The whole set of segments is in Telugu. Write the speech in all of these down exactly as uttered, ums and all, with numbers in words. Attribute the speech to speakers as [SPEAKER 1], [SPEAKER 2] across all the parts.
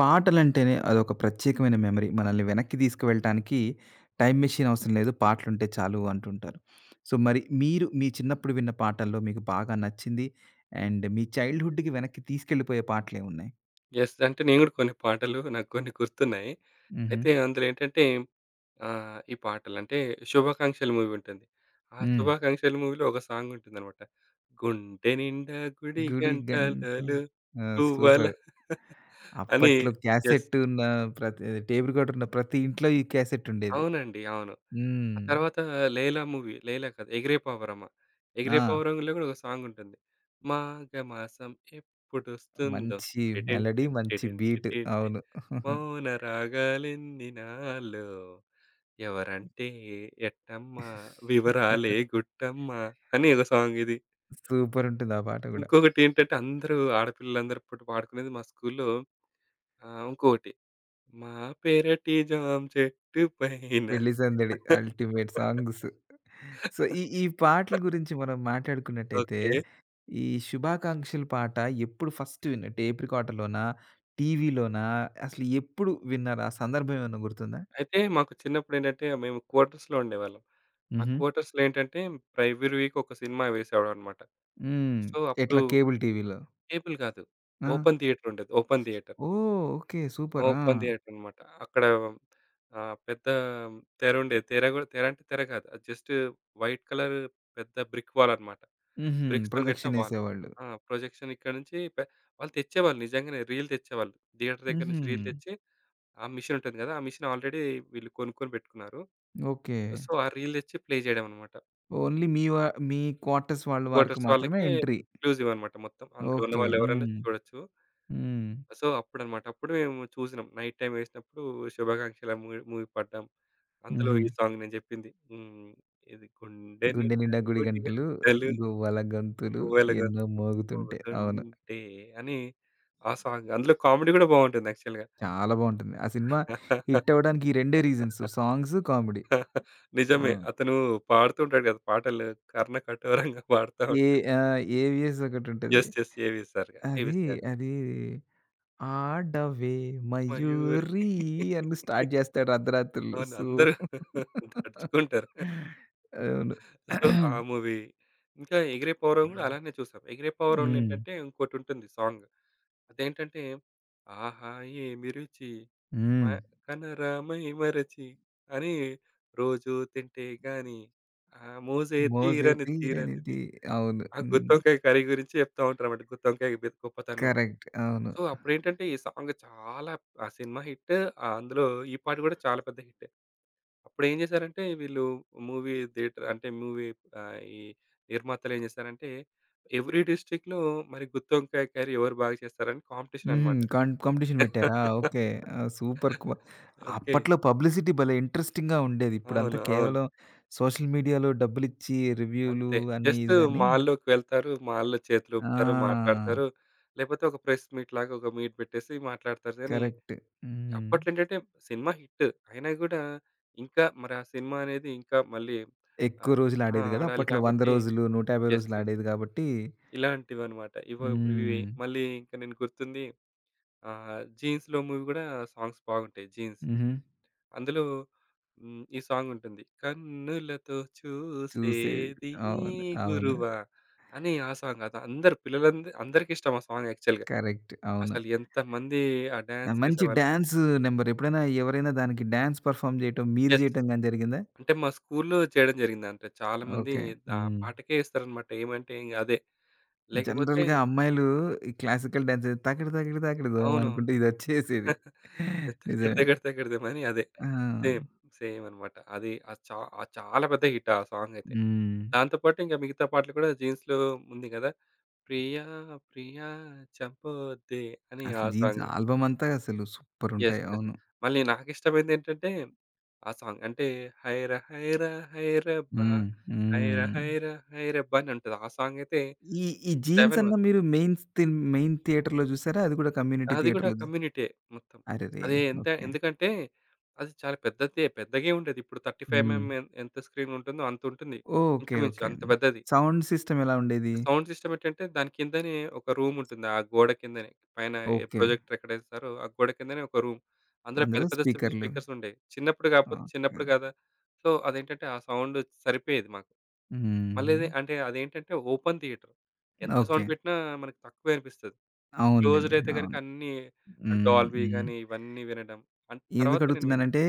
[SPEAKER 1] పాటలంటేనే అదొక ప్రత్యేకమైన మెమరీ. మనల్ని వెనక్కి తీసుకువెళ్ళటానికి టైమ్ మెషిన్ అవసరం లేదు. పాటలుంటే చాలు అంటుంటారు. సో, మరి మీరు మీ చిన్నప్పుడు విన్న పాటల్లో మీకు బాగా నచ్చింది అండ్ మీ చైల్డ్‌హుడ్‌కి వెనక్కి తీసుకెళ్ళిపోయే పాటలేమున్నాయి?
[SPEAKER 2] యెస్. అంటే నేను గూడా కొన్ని పాటలు నాకు కొన్ని గుర్తున్నాయి.
[SPEAKER 1] హుహు.
[SPEAKER 2] అయితే అందులో ఏంటంటే ఆహ్, ఈ పాటలంటే 'శుభాకాంక్షలు' మూవీ ఉంటుంది. ఆ
[SPEAKER 1] హ్మ్.
[SPEAKER 2] 'శుభాకాంక్షలు' మూవీలో ఒక సాంగ్ ఉంటుందనమాట. గుండె నిండా గుడి
[SPEAKER 1] గుడి గంటల్.
[SPEAKER 2] గంటలు
[SPEAKER 1] ఆ!
[SPEAKER 2] పువ్వల
[SPEAKER 1] సూపర్.
[SPEAKER 2] అని
[SPEAKER 1] అప్పట్లో
[SPEAKER 2] యెస్.
[SPEAKER 1] క్యాసెట్ ఉన్న ప్రతి టేప్ రికార్డర్ ఉన్న ప్రతి ఇంట్లో ఈ క్యాసెట్ ఉండేది.
[SPEAKER 2] అవునండి. అవును. ఆ
[SPEAKER 1] హ్మ్.
[SPEAKER 2] తర్వాత 'లైలా' మూవీ 'లైలా' కాదు 'ఎగిరే పావురమా'.
[SPEAKER 1] ఆ!
[SPEAKER 2] 'ఎగిరే పావురంలో' గూడా ఒక సాంగ్ ఉంటుంది. మాఘమాసం ఎప్పుడొస్తుందో
[SPEAKER 1] మంచి
[SPEAKER 2] టిటిన్
[SPEAKER 1] మెలోడీ,
[SPEAKER 2] టిన్
[SPEAKER 1] మంచి
[SPEAKER 2] టిటిన్
[SPEAKER 1] బీట్.
[SPEAKER 2] టిటిన్
[SPEAKER 1] అవును.
[SPEAKER 2] మౌన రాగాలెన్ని నాలో ఎవరంటే ఎట్టమ్మ వివరాలే గుట్టమ్మ అని ఒక సాంగ్ ఇది.
[SPEAKER 1] సూపర్ ఉంటుంది ఆ పాట గూడా.
[SPEAKER 2] ఇంకొకటి ఏంటంటే అందరూ ఆడపిల్లలందరూ అప్పుడు పాడుకునేది మా స్కూల్‌లో ఆహ్, ఇంకొకటి మా పెరటి జామ చెట్టు పైన
[SPEAKER 1] పెళ్లి సందడి. Ultimate songs. సో, ఈ ఈ పాటల గురించి మనం మాట్లాడుకున్నట్టయితే,
[SPEAKER 2] ఓకే.
[SPEAKER 1] ఈ శుభాకాంక్షలు పాట ఎప్పుడు ఫస్ట్ విన్నట్టు టేప్ రికార్డర్‌లోనా? టీవీలోనా? అసలు ఎప్పుడు విన్నారు? ఆ సందర్భం ఏమన్నా గుర్తుందా?
[SPEAKER 2] అయితే మాకు చిన్నప్పుడు ఏంటంటే మేము క్వార్టర్స్‌లో ఉండేవాళ్ళం. ఆ
[SPEAKER 1] హుహు.
[SPEAKER 2] క్వార్టర్స్‌లో ఏంటంటే ప్ర ఎవ్రి వీక్ ఒక సినిమా వేసేవాడన్నమాట.
[SPEAKER 1] హ్మ్.
[SPEAKER 2] సో, అప్పుడు
[SPEAKER 1] ఎట్లా కేబుల్ టీవీలో?
[SPEAKER 2] కేబుల్ కాదు.
[SPEAKER 1] ఆ!
[SPEAKER 2] ఓపెన్ థియేటర్ ఉండేది. Open theatre.
[SPEAKER 1] ఓహ్! ఓకే. సూపర్. ఆ!
[SPEAKER 2] ఓపెన్ థియేటర్ అనమాట. అక్కడ ఆహ్, పెద్ద తెర ఉండేది. తెర గూడా తెర అంటే తెర కాదు. అది జస్ట్ వైట్ కలర్ పెద్ద బ్రిక్ వాల్ అనమాట.
[SPEAKER 1] హుహు.
[SPEAKER 2] బ్రిక్స్‌తోని కట్టిన
[SPEAKER 1] ప్రొజెక్షన్
[SPEAKER 2] వాల్.
[SPEAKER 1] ఏసేవాళ్ళు.
[SPEAKER 2] ఆ! ప్రొజెక్షన్ ఇక్కడ నుంచి పె వాళ్ళు తెచ్చేవాళ్ళు నిజంగానే రీల్ తెచ్చేవాళ్ళు. థియేటర్ దగ్గర
[SPEAKER 1] హుహు.
[SPEAKER 2] నుంచి రీల్ తెచ్చి ఆ మెషిన్ ఉంటుంది కదా! ఆ మెషిన్ ఆల్రెడీ వీళ్ళు కొనుక్కొని పెట్టుకున్నారు.
[SPEAKER 1] ఓకే.
[SPEAKER 2] సో, ఆ రీల్ తెచ్చి ప్లే చేయడం అనమాట.
[SPEAKER 1] ఓన్లీ మీ వా మీ క్వార్టర్స్ వాళ్ళ వరకు
[SPEAKER 2] క్వార్టర్స్
[SPEAKER 1] మాత్రమే
[SPEAKER 2] వాళ్ళకే
[SPEAKER 1] ఎంట్రీ.
[SPEAKER 2] ఎక్స్‌క్లూజివ్ అనమాట మొత్తం. అందులో ఉన్న
[SPEAKER 1] ఓకే.
[SPEAKER 2] వాళ్ళు ఎవరైనా
[SPEAKER 1] హ్మ్.
[SPEAKER 2] చూడొచ్చు.
[SPEAKER 1] హ్మ్.
[SPEAKER 2] సో, అప్పుడనమాట. అప్పుడు మేము చూసినాం. నైట్ టైమ్ వేసినప్పుడు 'శుభాకాంక్షలు' ఆ మూవీ మూవీ పాడ్డాం. అందులో
[SPEAKER 1] హుహు.
[SPEAKER 2] ఈ సాంగ్ నేను చెప్పింది. హ్మ్. ఇది గుండె
[SPEAKER 1] గుండె
[SPEAKER 2] నిండా
[SPEAKER 1] నిండా గుడి
[SPEAKER 2] గుడి
[SPEAKER 1] గంటలు,
[SPEAKER 2] గంటలు
[SPEAKER 1] గువ్వల గంతులు ఎన్నో మోగుతుంటే. అవును.
[SPEAKER 2] గువ్వలుగొక్కుతుంటే అని ఆ సాంగ్. అందులో కామెడీ కూడా బావుంటుంది యాక్చువల్‌గా.
[SPEAKER 1] చాలా బావుంటుంది. ఆ సినిమా హిట్ అవ్వడానికి ఈ రెండే రీజన్స్ సాంగ్స్, కామెడీ.
[SPEAKER 2] నిజమే.
[SPEAKER 1] అవును.
[SPEAKER 2] అతను పాడుతూ ఉంటాడు కదా! పాటలు కర్ణ కఠోరంగా పాడుతా
[SPEAKER 1] ఏ
[SPEAKER 2] ఉంటాడు.
[SPEAKER 1] ఆహ్, 'ఏవిఎస్' ఒకటుంటది.
[SPEAKER 2] యెస్. యెస్. ఏవి సార్ గా
[SPEAKER 1] అది,
[SPEAKER 2] ఏవిఎస్ గారు.
[SPEAKER 1] అది ఆడవే
[SPEAKER 2] మయూరి
[SPEAKER 1] మయూరీ అని స్టార్ట్ చేస్తాడు అర్ధరాత్రులు.
[SPEAKER 2] అవును.
[SPEAKER 1] సో
[SPEAKER 2] అందరూ దడుచుకుంటారు.
[SPEAKER 1] అవును.
[SPEAKER 2] సో, ఆ మూవీ. ఇంకా 'ఎగిరే పౌరవం' గూడా అలానే చూసాం. 'ఎగిరే పౌరవంలో'
[SPEAKER 1] హ్మ్.
[SPEAKER 2] ఏంటంటే ఇంకోటుంటుంది సాంగ్. అదేంటంటే ఆహా! ఏమి రుచి మ
[SPEAKER 1] హ్మ్.
[SPEAKER 2] కనరా మై మరచి అని రోజు తింటే గాని ఆ మోజే
[SPEAKER 1] మోజే
[SPEAKER 2] తీరని తీరనిది.
[SPEAKER 1] తీరనిది. అవును.
[SPEAKER 2] ఆ
[SPEAKER 1] హ్మ్.
[SPEAKER 2] గుత్తొంకాయ కర్రీ గురించి చెప్తా ఉంటారన్నమాట. గుత్తొంకాయ బి గొప్పతనం.
[SPEAKER 1] కరెక్ట్. అవును.
[SPEAKER 2] సో, అప్పుడేంటంటే ఈ సాంగ్ చాలా ఆ సినిమా హిట్. అందులో ఈ పాట గూడా చాలా పెద్ద హిట్. అప్పుడేం జేశారంటే వీళ్ళు మూవీ థియేటర్ అంటే మూవీ ఆహ్, ఈ నిర్మాతలేం జేశారంటే ఎవ్రి డిస్ట్రిక్ట్‌లో మరి గుత్తొంకాయ కర్రీ ఎవరు బాగా చేస్తారని కాంపిటీషన్
[SPEAKER 1] హుహు.
[SPEAKER 2] అన్నమాట.
[SPEAKER 1] కాం కాంపిటీషన్ పెట్టారా? ఓకే. ఆ! సూపర్ కు
[SPEAKER 2] ఓకే.
[SPEAKER 1] అప్పట్లో పబ్లిసిటీ భలే ఇంట్రెస్టింగ్‌గా ఉండేది. ఇప్పుడంతా
[SPEAKER 2] అవును. అవును.
[SPEAKER 1] కేవలం సోషల్ మీడియాలో డబ్బులిచ్చి రివ్యూలు
[SPEAKER 2] అంతే.
[SPEAKER 1] అని
[SPEAKER 2] జస్ట్
[SPEAKER 1] ఇది గాని
[SPEAKER 2] మాల్‌లోకి వెళ్తారు. మాల్‌లో చేతులూపుతారు,
[SPEAKER 1] ఆ!
[SPEAKER 2] మాట్లాడతారు. లేపోతే ఒక ప్రెస్ మీట్ లాగా ఒక మీట్ పెట్టేసి మాట్లాడతారు గానీ,
[SPEAKER 1] కరెక్ట్. హ్మ్.
[SPEAKER 2] అప్పట్లో ఏంటంటే సినిమా హిట్. అయినా గూడా ఇంకా మరి ఆ సినిమా అనేది ఇంకా మళ్ళీ
[SPEAKER 1] ఎక్కువ
[SPEAKER 2] ఆహ్,
[SPEAKER 1] రోజులు
[SPEAKER 2] ఆ!
[SPEAKER 1] ఆడేది కదా!
[SPEAKER 2] ఆడాలి
[SPEAKER 1] అప్పట్లో వంద
[SPEAKER 2] కాబట్టి
[SPEAKER 1] రోజులు, నూట యాభై
[SPEAKER 2] యెస్.
[SPEAKER 1] రోజులు
[SPEAKER 2] యెస్.
[SPEAKER 1] ఆడేది కాబట్టి
[SPEAKER 2] ఇలాంటివన్నమాట. ఇవ ఇవి ఇవి
[SPEAKER 1] హ్మ్.
[SPEAKER 2] మళ్ళీ ఇంక నేను గుర్తుంది ఆహ్, 'జీన్స్‌లో' మూవీ గూడా సాంగ్స్ బాగుంటాయి 'జీన్స్.'
[SPEAKER 1] హుహు.
[SPEAKER 2] అందులో హ్మ్. ఈ సాంగ్ ఉంటుంది. కన్నులతో
[SPEAKER 1] చూసేది.
[SPEAKER 2] చూసేది
[SPEAKER 1] అవును. అవును.
[SPEAKER 2] గురువా అని ఆ సాంగ్. అది అందరు పిల్లలంద అందరికి ఇష్టం ఆ సాంగ్ యాక్చువల్‌గా.
[SPEAKER 1] కరెక్ట్. అవును.
[SPEAKER 2] అసలు ఎంతమంది ఆ
[SPEAKER 1] ఆ!
[SPEAKER 2] డాన్స్
[SPEAKER 1] మంచి
[SPEAKER 2] చేసేవాళ్ళు.
[SPEAKER 1] డాన్స్ నంబర్ ఎప్పుడైనా ఎవరైనా దానికి డాన్స్ పెర్ఫార్మ్ చేయటం, మీరు
[SPEAKER 2] యెస్.
[SPEAKER 1] చేయటం గాని జరిగిందా?
[SPEAKER 2] అంటే మా స్కూల్‌లో చేయడం జరిగిందంట. చాలామంది
[SPEAKER 1] ఓకే.
[SPEAKER 2] ఆ
[SPEAKER 1] హ్మ్.
[SPEAKER 2] పాటకే ఏస్తారన్నమాట. ఏమంటే ఇంగ అదే. లేకపోతే
[SPEAKER 1] జనరల్‌గా అమ్మాయిలు ఈ క్లాసికల్ డాన్స్ తాకిడి తాకిడి తాకిడి దోమ
[SPEAKER 2] అవునవును.
[SPEAKER 1] అనుకుంటే ఇదొచ్చేసేది.
[SPEAKER 2] 'ఎత్తెగెడితే
[SPEAKER 1] నిజమే.
[SPEAKER 2] గెడితే గెడిదాం' అని అదే.
[SPEAKER 1] ఆ!
[SPEAKER 2] సేమ్. సేమ్ అన్నమాట. అది అది చా అది చాలా పెద్ద హిట్ ఆ సాంగ్ అయితే.
[SPEAKER 1] హ్మ్.
[SPEAKER 2] దాంతో పాటు ఇంక మిగతా పాటలు కూడా జీన్స్‌లో ఉంది కదా! ప్రియా ప్రియా చంపొద్దే అని ఆ
[SPEAKER 1] అసలు జీన్స్
[SPEAKER 2] సాంగ్.
[SPEAKER 1] ఆల్బమ్ అంతా అసలు
[SPEAKER 2] యెస్.
[SPEAKER 1] సూపరుంటాయి.
[SPEAKER 2] యెస్.
[SPEAKER 1] అవును.
[SPEAKER 2] మళ్ళీ నాకిష్టమైందేంటంటే ఆ సాంగ్. అంటే హైరా హైరా హైరబ్బా
[SPEAKER 1] హ్మ్.
[SPEAKER 2] హైర
[SPEAKER 1] హ్మ్.
[SPEAKER 2] హైర హైరబ్బా అని ఉంటది. ఆ సాంగ్ అయితే
[SPEAKER 1] ఈ ఈ జీన్స్
[SPEAKER 2] ఏడు
[SPEAKER 1] అన్నా మీరు మెయిన్ థిన్ మెయిన్ థియేటర్‌లో చూసారా? అది కూడా కమ్యూనిటీ
[SPEAKER 2] అది గూడా
[SPEAKER 1] థియేటర్‌లో జూ
[SPEAKER 2] కమ్యూనిటీయే మొత్తం.
[SPEAKER 1] అరెరే!
[SPEAKER 2] అది ఎంత
[SPEAKER 1] ఓకే.
[SPEAKER 2] ఎందుకంటే అది చాలా పెద్దదే. పెద్దగే ఉండేది. ఇప్పుడు ముప్పై ఐదు
[SPEAKER 1] హ్మ్.
[SPEAKER 2] ఎంఎం ఎంత స్క్రీన్ ఉంటుందో అంతుంటుంది.
[SPEAKER 1] ఓకే.
[SPEAKER 2] ఇంచుమించు
[SPEAKER 1] ఓకే.
[SPEAKER 2] అంత పెద్దది.
[SPEAKER 1] సౌండ్ సిస్టమ్ ఎలా ఉండేది?
[SPEAKER 2] సౌండ్ సిస్టమ్ ఏంటంటే దాని కిందనే ఒక రూమ్ ఉంటుంది. ఆ గోడ కిందనే. పైన ఏ
[SPEAKER 1] ఓకే.
[SPEAKER 2] ప్రొజెక్టర్ ఎక్కడేస్తారో ఆ గోడ కిందనే ఒక రూమ్. అందులో పెద్ద
[SPEAKER 1] అందులో
[SPEAKER 2] పెద్ద స్పీ
[SPEAKER 1] స్పీకర్‌లు.
[SPEAKER 2] స్పీకర్స్ ఉండేవి. చిన్నప్పుడు కాకపోతే
[SPEAKER 1] ఓకే.
[SPEAKER 2] చిన్నప్పుడు కదా! సో, అదేంటంటే ఆ సౌండ్ సరిపోయేది మాకు. మళ్ళీ
[SPEAKER 1] హ్మ్.
[SPEAKER 2] ఇది- అంటే అదేంటంటే ఓపెన్ థియేటర్. ఎంత
[SPEAKER 1] ఓకే.
[SPEAKER 2] సౌండ్ పెట్టినా మనకు తక్కువే అనిపిస్తది. క్లోజ్డ్
[SPEAKER 1] అవునులెండి.
[SPEAKER 2] అయితే గనుక
[SPEAKER 1] అవును.
[SPEAKER 2] అన్నీ
[SPEAKER 1] హ్మ్.
[SPEAKER 2] డాల్బీ
[SPEAKER 1] హ్మ్.
[SPEAKER 2] గాని ఇవన్నీ వినడం. అండ్ తర్వాత నేను విన్నా.
[SPEAKER 1] ఎందుకడుగుతున్నానంటే,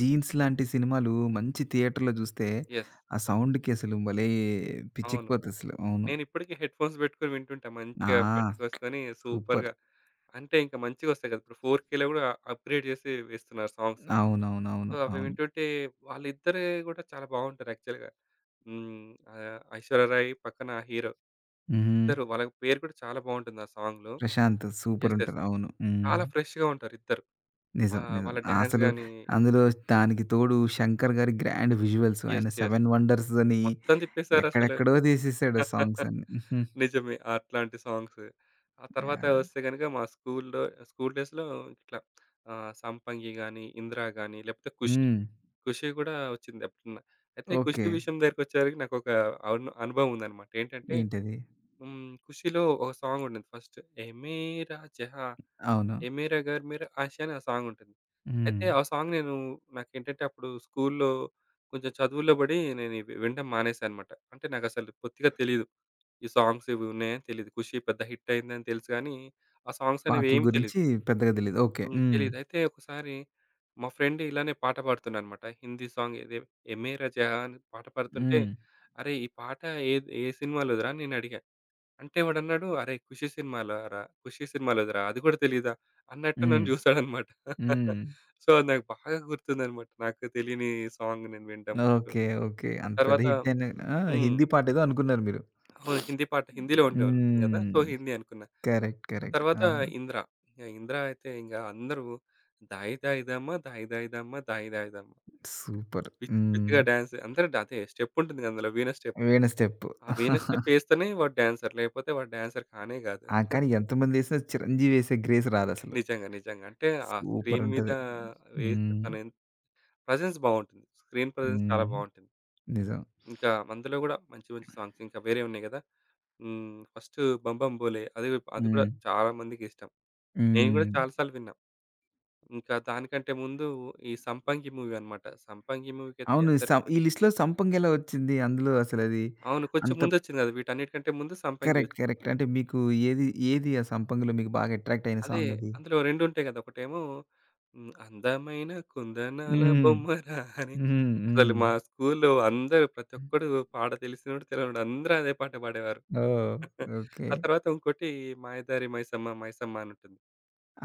[SPEAKER 1] 'జీన్స్' లాంటి సినిమాలు మంచి థియేటర్‌లో జూస్తే,
[SPEAKER 2] యెస్.
[SPEAKER 1] ఆ సౌండ్‌కి అసలు భలే!
[SPEAKER 2] అవును.
[SPEAKER 1] పిచ్చెక్కిపోద్దసలు. అవును.
[SPEAKER 2] నేనిప్పటికి హెడ్‌ఫోన్స్ పెట్టుకొని వింటుంటా. మంచిగా
[SPEAKER 1] ఆ!
[SPEAKER 2] పెట్టుకొసుకొని
[SPEAKER 1] సూపర్.
[SPEAKER 2] సూపర్‌గా. అంటే ఇంకా మంచిగొస్తాయి కదా! ఇప్పుడు ఫోర్ కేలో గూడా అప్‌గ్రేడ్ చేసి ఇస్తున్నారు సాంగ్స్. సో,
[SPEAKER 1] అవునవునవును.
[SPEAKER 2] అవి
[SPEAKER 1] అవును.
[SPEAKER 2] వింటుంటే వాళ్ళిద్దరే గూడా చాలా బావుంటారు యాక్చువల్‌గా. హ్మ్. ఆహ్, ఐశ్వర్య రాయ్ పక్కన హీరో.
[SPEAKER 1] హ్మ్.
[SPEAKER 2] ఇద్దరు వాళ్ళ పేరు కూడా చాలా బావుంటుంది ఆ సాంగ్‌లో.
[SPEAKER 1] ప్రశాంత్
[SPEAKER 2] యెస్. యెస్.
[SPEAKER 1] సూపరుంటది. అవును. హ్మ్.
[SPEAKER 2] చాలా ఫ్రెష్‌గా ఉంటారు ఇద్దరు. ఆ!
[SPEAKER 1] నిజం. నిజం.
[SPEAKER 2] వాళ్ళ డాన్స్
[SPEAKER 1] అసలు
[SPEAKER 2] గాని
[SPEAKER 1] అందులో దానికి తోడు 'శంకర్' గారి గ్రాండ్ విజువల్స్. ఆయన
[SPEAKER 2] యెస్. యెస్.
[SPEAKER 1] 'సెవెన్ వండర్స్' అని
[SPEAKER 2] మొత్తం తిప్పేసారసలు.
[SPEAKER 1] ఎక్కడెక్కడో తీసేసాడు సాంగ్స్ అన్ని. హుహు.
[SPEAKER 2] నిజమే. అట్లాంటి సాంగ్స్. ఆ తర్వాత
[SPEAKER 1] యాహ్!
[SPEAKER 2] వస్తే గనుక మా స్కూల్‌లో స్కూల్ డేస్‌లో ఇట్లా ఆహ్, 'సంపంగి' గాని, 'ఇందిర' గాని లేకపోతే 'ఖుషి.'
[SPEAKER 1] హ్మ్.
[SPEAKER 2] 'ఖుషి' కూడా వచ్చింది ఎప్పుడన్నా. అయితే
[SPEAKER 1] ఓకే.
[SPEAKER 2] 'ఖుషి' విషయం దగ్గరికొచ్చేసరికి నాకొక అను అనుభవం ఉందన్నమాట. ఏంటంటే
[SPEAKER 1] ఏంటది?
[SPEAKER 2] హ్మ్. 'ఖుషిలో' ఒక సాంగ్ ఉంటుంది ఫస్ట్. 'ఏ మేరా జహా,
[SPEAKER 1] అవును.
[SPEAKER 2] ఏ మేరా ఘర్ మేరా ఆష్' అని ఆ సాంగ్ ఉంటుంది.
[SPEAKER 1] హ్మ్.
[SPEAKER 2] అయితే ఆ సాంగ్ నేను నాకేంటంటే అప్పుడు స్కూల్‌లో కొంచెం చదువుల్లో పడి నేను ఇవి వినడం మానేశానన్నమాట. అంటే నాకసలు బొత్తిగా తెలీదు. ఈ సాంగ్స్ ఇవి ఉన్నాయని తెలీదు. 'ఖుషి' పెద్ద హిట్ అయిందని తెలుసు గానీ, ఆ సాంగ్స్ అనేవి
[SPEAKER 1] పాటల
[SPEAKER 2] ఏమి తెలీదు.
[SPEAKER 1] గురించి పెద్దగా తెలీదు. ఓకే.
[SPEAKER 2] హ్మ్.
[SPEAKER 1] హ్మ్.
[SPEAKER 2] తెలీదు. అయితే ఒకసారి మా ఫ్రెండ్ ఇలానే పాట పాడుతుండనమాట. హిందీ సాంగ్ ఏదే 'ఏ మేరా జహాన్' అని పాట పాడుతుంటే,
[SPEAKER 1] హ్మ్.
[SPEAKER 2] "అరే! ఈ పాట ఏది ఏ సినిమాలోదిరా?" అని నేనడిగా. అంటే వాడన్నాడు, "అరే! 'ఖుషి' సినిమాలోరా 'ఖుషి' సినిమాలోదిరా అది గూడా తెలీదా?" అన్నట్టు
[SPEAKER 1] హ్మ్.
[SPEAKER 2] నన్ను జూసాడనమాట.
[SPEAKER 1] హ్మ్.
[SPEAKER 2] సో, అది నాకు బాగా గుర్తుందనమాట. నాకు తెలియని సాంగ్ నేను వినడం అప్పుడు.
[SPEAKER 1] ఓకే. ఓకే.
[SPEAKER 2] ఆ
[SPEAKER 1] అంత పెద్ద
[SPEAKER 2] తర్వాత
[SPEAKER 1] హిట్ అని ఆ!
[SPEAKER 2] హ్మ్.
[SPEAKER 1] హిందీ పాటేదో అనుకున్నారు మీరు.
[SPEAKER 2] అవును. హిందీ పాట హిందీలో ఉండే ఉంటుంది గదా! సో,
[SPEAKER 1] హ్మ్.
[SPEAKER 2] హిందీ అనుకున్నాను.
[SPEAKER 1] కరెక్ట్.
[SPEAKER 2] ఆ
[SPEAKER 1] కరెక్ట్.
[SPEAKER 2] తర్వాత
[SPEAKER 1] అవును.
[SPEAKER 2] 'ఇంద్ర'. ఇంగ 'ఇంద్ర' అయితే ఇంగ అందరూ "దాయి దాయిదమ్మ దాయి దాయిదమ్మ దాయి దాయిదమ్మ"
[SPEAKER 1] సూపర్.
[SPEAKER 2] పిచ్చి
[SPEAKER 1] హ్మ్.
[SPEAKER 2] పిచ్చిగా డాన్స్ అందరూ డా- అదే స్టెప్ ఉంటుంది కదా అందులో వీణ స్టెప్.
[SPEAKER 1] వీణ స్టెప్.
[SPEAKER 2] ఆ వీణ స్టెప్ ఏస్తేనే వాడు డాన్సర్. లేకపోతే వాడు డాన్సర్ కానే కాదు.
[SPEAKER 1] ఆ! కానీ ఎంతమందేసినా చిరంజీవి ఏసే గ్రేస్ రాదసలు.
[SPEAKER 2] నిజంగా. నిజంగా. అంటే ఆ
[SPEAKER 1] సూపర్
[SPEAKER 2] స్క్రీన్ మీద
[SPEAKER 1] ఉంటది.
[SPEAKER 2] వేస్తే
[SPEAKER 1] హ్మ్.
[SPEAKER 2] తన ప్రెజెన్స్ బావుంటుంది. స్క్రీన్ ప్రెజెన్స్ చాలా
[SPEAKER 1] హ్మ్.
[SPEAKER 2] బావుంటుంది.
[SPEAKER 1] నిజం.
[SPEAKER 2] ఇంకా అందులో గూడా మంచి మంచి సాంగ్స్ ఇంకా వేరే ఉన్నాయి గదా! హ్మ్. ఫస్ట్ 'బం బం బోలే' అది అది కూడా
[SPEAKER 1] హ్మ్.
[SPEAKER 2] చాలా మందికి ఇష్టం. నేను గూడా
[SPEAKER 1] హ్మ్.
[SPEAKER 2] చాలా సార్లు విన్నా. ఇంకా దానికంటే ముందు ఈ 'సంపంగి' మూవీ అన్నమాట. 'సంపంగి' మూవీకైతే
[SPEAKER 1] అవును.
[SPEAKER 2] అందరూ
[SPEAKER 1] సం ఈ లిస్ట్‌లో సంపంగెలా వచ్చింది? అందులో అసలది
[SPEAKER 2] అవును. కొంచెం
[SPEAKER 1] అంత
[SPEAKER 2] ముందొచ్చింది కదా! వీటన్నిటికంటే ముందు 'సంపంగి'
[SPEAKER 1] కరెక్ట్.
[SPEAKER 2] వచ్చింది.
[SPEAKER 1] కరెక్ట్. అంటే మీకు ఏది, ఏది ఆ సంపంగిలో మీకు బాగా అట్రాక్ట్ అయిన
[SPEAKER 2] అదే
[SPEAKER 1] సాంగది?
[SPEAKER 2] అందులో రెండు ఉంటాయి కదా! ఒకటేమో హ్మ్. అందమైన కుందనాల
[SPEAKER 1] హ్మ్.
[SPEAKER 2] బొమ్మరా అని
[SPEAKER 1] హ్మ్.
[SPEAKER 2] అసలు
[SPEAKER 1] హ్మ్.
[SPEAKER 2] మా స్కూల్‌లో అందరూ ప్రతి ఒక్కడు పాట తెలిసినోడు, తెలవనోడు అందరూ అదే పాట పాడేవారు.
[SPEAKER 1] ఓహ్! ఓకే.
[SPEAKER 2] ఆ తర్వాత ఇంకోటి 'మాయదారి మైసమ్మ మైసమ్మ' అని ఉంటుంది.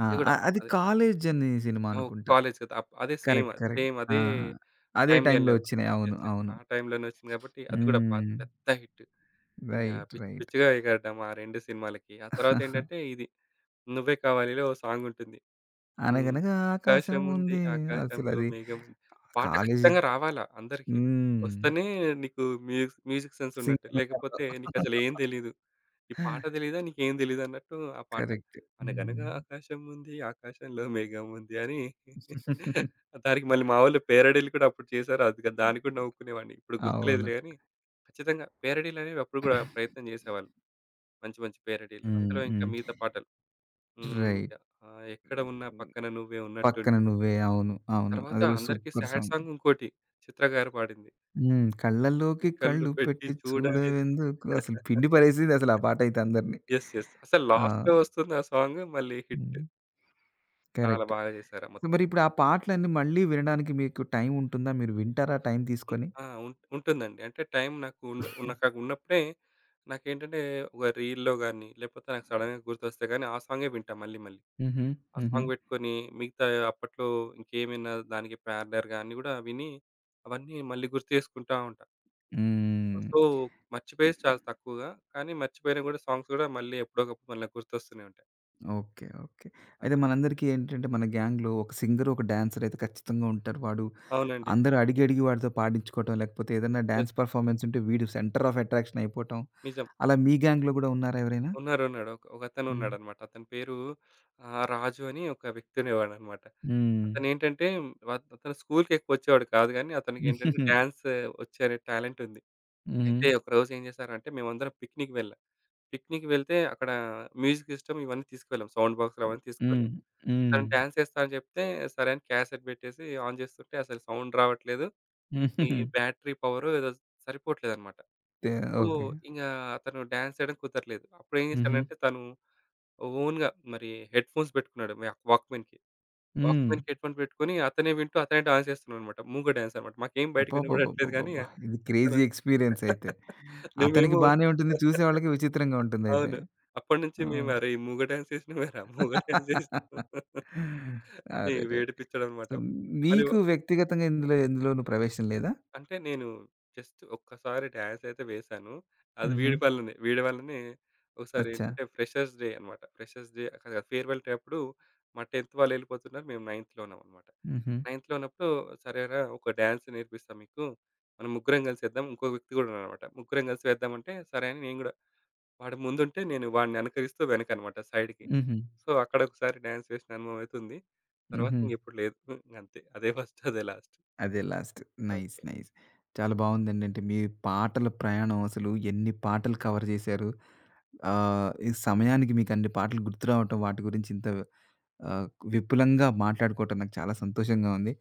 [SPEAKER 1] ఆ!
[SPEAKER 2] అది కూడా
[SPEAKER 1] అ అది
[SPEAKER 2] అదే
[SPEAKER 1] 'కాలేజ్' అనే సినిమా
[SPEAKER 2] ఓహ్!
[SPEAKER 1] అనుకుంటా.
[SPEAKER 2] కాలేజ్ కదా! అప్ అదే సేమ్
[SPEAKER 1] కరెక్ట్. కరెక్ట్.
[SPEAKER 2] సేమ్
[SPEAKER 1] ఆ!
[SPEAKER 2] అదే
[SPEAKER 1] అదే
[SPEAKER 2] టైమ్
[SPEAKER 1] టైమ్‌లో
[SPEAKER 2] లైన్‌లో వచ్చింది.
[SPEAKER 1] వచ్చినాయి. అవును.
[SPEAKER 2] యెస్. యెస్.
[SPEAKER 1] అవును.
[SPEAKER 2] ఆ టైమ్‌లోనే వచ్చింది కాబట్టి అది కూడా పా
[SPEAKER 1] హ్మ్.
[SPEAKER 2] పెద్ద హిట్. ఇంగా
[SPEAKER 1] రైట్.
[SPEAKER 2] పిచ్చి
[SPEAKER 1] రైట్.
[SPEAKER 2] పిచ్చిగా ఎగరడం ఆ రెండు సినిమాలకి. ఆ తర్వాతేంటంటే ఇది 'నువ్వే కావాలిలో' ఓ సాంగుంటుంది. హ్మ్.
[SPEAKER 1] అనగనగా ఆకాశం
[SPEAKER 2] ఆకాశముంది
[SPEAKER 1] ఉంది.
[SPEAKER 2] ఆకాశంలో
[SPEAKER 1] అసలది
[SPEAKER 2] మేఘముంది. ఆ పాట
[SPEAKER 1] కాలేజీ
[SPEAKER 2] ఖచ్చితంగా రావాలా అందరికి.
[SPEAKER 1] హ్మ్.
[SPEAKER 2] వస్తేనే నీకు మ్యూజ్ మ్యూజిక్ సెన్స్ ఉన్నట్టే.
[SPEAKER 1] సింగరేణిలో.
[SPEAKER 2] లేకపోతే నీకసలు ఏం తెలీదు. ఈ పాట తెలీదా? నీకేం తెలీదన్నట్టు ఆ పాట.
[SPEAKER 1] కరెక్ట్.
[SPEAKER 2] అనగనగా
[SPEAKER 1] హ్మ్.
[SPEAKER 2] ఆకాశముంది ఆకాశంలో మేఘముంది అని దానికి మళ్ళీ మా వోళ్ళు పేరడీలు కూడా అప్పుడు చేశారు. అది గా దానికి కూడా నవ్వుకునేవాడిని. ఇప్పుడు
[SPEAKER 1] అవును.
[SPEAKER 2] గుర్తులేదులే గాని ఖచ్చితంగా పేరడీలనేవి అప్పుడు గూడా ప్రయత్నం చేసేవాళ్ళు. మంచి మంచి పేరడీలు.
[SPEAKER 1] హ్మ్.
[SPEAKER 2] అందులో ఇంకా
[SPEAKER 1] హ్మ్.
[SPEAKER 2] మిగతా పాటలు. హ్మ్. The
[SPEAKER 1] right.
[SPEAKER 2] ఆహ్, ఎక్కడ ఉన్నా పక్కన నువ్వే
[SPEAKER 1] 'పక్కన
[SPEAKER 2] ఉన్నట్టుంటుంది.
[SPEAKER 1] నువ్వే' అవును. అవును.
[SPEAKER 2] తర్వాత
[SPEAKER 1] అది కూడా
[SPEAKER 2] అందరికీ
[SPEAKER 1] సూపర్
[SPEAKER 2] సాడ్
[SPEAKER 1] సాంగ్.
[SPEAKER 2] సాంగ్ ఇంకోటి చిత్ర గారు పాడింది.
[SPEAKER 1] హ్మ్. కళ్ళల్లోకి
[SPEAKER 2] కళ్ళు
[SPEAKER 1] కళ్ళు
[SPEAKER 2] పెట్టి
[SPEAKER 1] పెట్టి
[SPEAKER 2] చూడవే
[SPEAKER 1] చూడవెందుకు అసలు పిండి పడేసింది అసలు ఆ పాటైతే అందరిని.
[SPEAKER 2] యెస్. యెస్. అసలు
[SPEAKER 1] ఆ!
[SPEAKER 2] లాస్ట్‌లో వస్తుంది ఆ సాంగ్ మళ్ళీ హిట్.
[SPEAKER 1] హ్మ్.
[SPEAKER 2] చాలా
[SPEAKER 1] కరెక్ట్.
[SPEAKER 2] బాగా చేశారు ఆ మొత్తం.
[SPEAKER 1] మరి ఇప్పుడు ఆ పాటలన్నీ మళ్ళీ వినడానికి మీకు టైం ఉంటుందా? మీరు వింటారా టైం
[SPEAKER 2] హ్మ్.
[SPEAKER 1] తీసుకొని?
[SPEAKER 2] ఆ! ఉం ఉంటుందండి. అంటే టైం నాకు ఉండ నాకు ఉన్నప్పుడే నాకేంటంటే ఒక రీల్‌లో గాని, లేకపోతే నాకు సడెన్‌గా గుర్తొస్తే గాని ఆ సాంగే వింటా మళ్ళీ మళ్ళీ.
[SPEAKER 1] హుహు.
[SPEAKER 2] ఆ
[SPEAKER 1] హుహు.
[SPEAKER 2] సాంగ్ పెట్టుకొని మిగతా అప్పట్లో ఇంకేమైనా దానికి ప్యారలర్‌గా అన్నీ గూడా విని అవన్నీ మళ్ళీ గుర్తు చేసుకుంటా ఉంటా.
[SPEAKER 1] హ్మ్.
[SPEAKER 2] సో, మర్చిపోయేది చాలా తక్కువగా. కానీ మర్చిపోయినా గూడా సాంగ్స్ గూడా మళ్ళీ ఎప్పుడోకప్పుడు మళ్ళీ గుర్తొస్తూనే ఉంటాయి.
[SPEAKER 1] ఓకే. ఓకే. అయితే
[SPEAKER 2] అలా.
[SPEAKER 1] మనందరికీ ఏంటంటే మన గ్యాంగ్‌లో ఒక సింగర్, ఒక డాన్సర్ అయితే ఖచ్చితంగా ఉంటారు. వాడు
[SPEAKER 2] అవునండి.
[SPEAKER 1] అందరూ అడిగి, అడిగి వాడితో పాడించుకోవటం లేకపోతే ఏదైనా
[SPEAKER 2] యెస్.
[SPEAKER 1] డాన్స్ పెర్ఫార్మన్స్ ఉంటే వీడు సెంటర్ ఆఫ్ అట్రాక్షన్ అయిపోవటం.
[SPEAKER 2] నిజం.
[SPEAKER 1] అలా మీ గ్యాంగ్‌లో గూడా ఉన్నారా ఎవరైనా?
[SPEAKER 2] ఉన్నారు. ఉన్నాడు. ఒక ఒకతను
[SPEAKER 1] హ్మ్.
[SPEAKER 2] ఉన్నాడన్నమాట. అతని పేరు ఆహ్, రాజు అని ఒక వ్యక్తి ఉండేవాడన్నమాట.
[SPEAKER 1] హ్మ్.
[SPEAKER 2] అతనేంటంటే వత్ అతను స్కూలుకెక్కువ వచ్చేవాడు కాదు గానీ, అతనికేంటంటే
[SPEAKER 1] హుహుహు.
[SPEAKER 2] డాన్స్ వచ్చే అనే టాలెంట్ ఉంది.
[SPEAKER 1] హుహు.
[SPEAKER 2] అయితే ఒకరోజు ఏం చేశారంటే మేమందరం పిక్నిక్ వెళ్ళాం. పిక్నిక్ వెళ్తే అక్కడ మ్యూజిక్ సిస్టమ్ ఇవన్నీ తీసుకువెళ్ళాం. సౌండ్ బాక్సులు అవన్నీ
[SPEAKER 1] హ్మ్.
[SPEAKER 2] తీసుకువెళ్ళాం.
[SPEAKER 1] హ్మ్.
[SPEAKER 2] తను డాన్స్ ఏస్తా అని చెప్తే, సరే అని క్యాసెట్ పెట్టేసి ఆన్ చేస్తుంటే అసలు సౌండ్ రావట్లేదు. ఈ
[SPEAKER 1] హుహుహు.
[SPEAKER 2] బ్యాటరీ పవరు ఏదో సరిపోవట్లేదనమాట.
[SPEAKER 1] తే
[SPEAKER 2] సో,
[SPEAKER 1] ఓకే.
[SPEAKER 2] ఇంగా అతను డాన్స్ చేయడం కుదరలేదు. అప్పుడేం
[SPEAKER 1] హుహు.
[SPEAKER 2] చేశాడంటే తను ఓన్‌గా మరి హెడ్‌ఫోన్స్ పెట్టుకున్నాడు. వ వాక్‌మెన్‌కి.
[SPEAKER 1] హ్మ్.
[SPEAKER 2] వాక్‌మెన్‌కి హెడ్‌ఫోన్ పెట్టుకొని అతనే వింటూ అతనే డాన్స్ చేస్తున్నాడనమాట. మూగ డాన్స్ అనమాట. మాకేం బయటకి వినబడట్లేదు గానీ
[SPEAKER 1] అబ్బబ్బబ్బబ్బబ్బబ్బా! ఇది
[SPEAKER 2] అతను
[SPEAKER 1] క్రేజీ ఎక్స్‌పీరియన్స్ అయితే. అతనికి
[SPEAKER 2] మేమేమో
[SPEAKER 1] బానే ఉంటుంది. చూసేవాళ్ళకి విచిత్రంగా ఉంటుందయితే.
[SPEAKER 2] అవును. అప్పటినుంచి మేము
[SPEAKER 1] ఓహ్!
[SPEAKER 2] అరే! ఈ మూగ డాన్స్ చేసినవేరా మూగ డాన్స్ చేసినవు అని
[SPEAKER 1] అరెరే! సో,
[SPEAKER 2] వేడిపిచ్చడనమాట. మళ్ళీ
[SPEAKER 1] మీకు వ్యక్తిగతంగా ఇందులో ఎందులోనూ ప్రవేశం లేదా?
[SPEAKER 2] అంటే నేను జస్ట్ ఒక్కసారి డాన్స్ అయితే వేశాను. అది ఓకే.
[SPEAKER 1] హుహు.
[SPEAKER 2] వీడి వల్లనే. వీడి వల్లనే ఒకసారి హ్మ్.
[SPEAKER 1] అచ్చా!
[SPEAKER 2] ఏంటంటే ఫ్రెషర్స్ డే అన్నమాట. ఫ్రెషర్స్ డే అక్కడ ఫేర్‌వెల్ డే అప్పుడు మా టెన్త్ వాళ్ళు ఎళ్ళిపోతున్నారు. మేము 9థ్‌లో ఉన్నాం అన్నమాట.
[SPEAKER 1] హుహు.
[SPEAKER 2] 9థ్‌లో ఉన్నప్పుడు సరేరా ఒక డాన్స్ నేర్పిస్తా మీకు. మనం ముగ్గురం కలిసేద్దాం. ఇంకో వ్యక్తి కూడా ఉన్నాడన్నమాట. ముగ్గురం కలిసి వేద్దామంటే సరే అని నేను కూడా వాడు ముందుంటే నేను వాడిని అనుకరిస్తూ వెనకన్నమాట సైడ్‌కి.
[SPEAKER 1] హుహు.
[SPEAKER 2] సో, అక్కడ ఒకసారి డాన్స్ వేసిన అనుభవం అయితే ఉంది. తర్వాత
[SPEAKER 1] హుహు.
[SPEAKER 2] ఇంకెప్పుడు లేదు. ఇంగంతే. అదే ఫస్ట్ అదే లాస్ట్.
[SPEAKER 1] అదే లాస్ట్. నైస్.
[SPEAKER 2] ఓకే.
[SPEAKER 1] నైస్. చాలా బావుందండి. అంటే మీ పాటల ప్రయాణం అసలు ఎన్ని పాటలు కవర్ చేశారు? ఆహ్, ఈ సమయానికి మీకన్ని పాటలు గుర్తు రావటం, వాటి గురించి ఇంత ఆహ్, విపులంగా మాట్లాడుకోవటం నాకు చాలా సంతోషంగా ఉంది.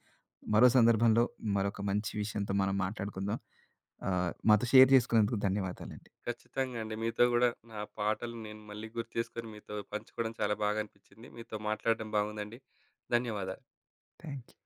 [SPEAKER 1] మరో సందర్భంలో మరొక మంచి విషయంతో మనం మాట్లాడుకుందాం. ఆహ్, మాతో షేర్ చేసుకున్నందుకు ధన్యవాదాలండి.
[SPEAKER 2] ఖచ్చితంగా అండి. మీతో గూడా నా పాటలు నేను మళ్ళీ గుర్తు చేసుకొని మీతో పంచుకోవడం చాలా బాగా అనిపించింది. మీతో మాట్లాడడం బాగుందండి. ధన్యవాదాలు.
[SPEAKER 1] Thank you.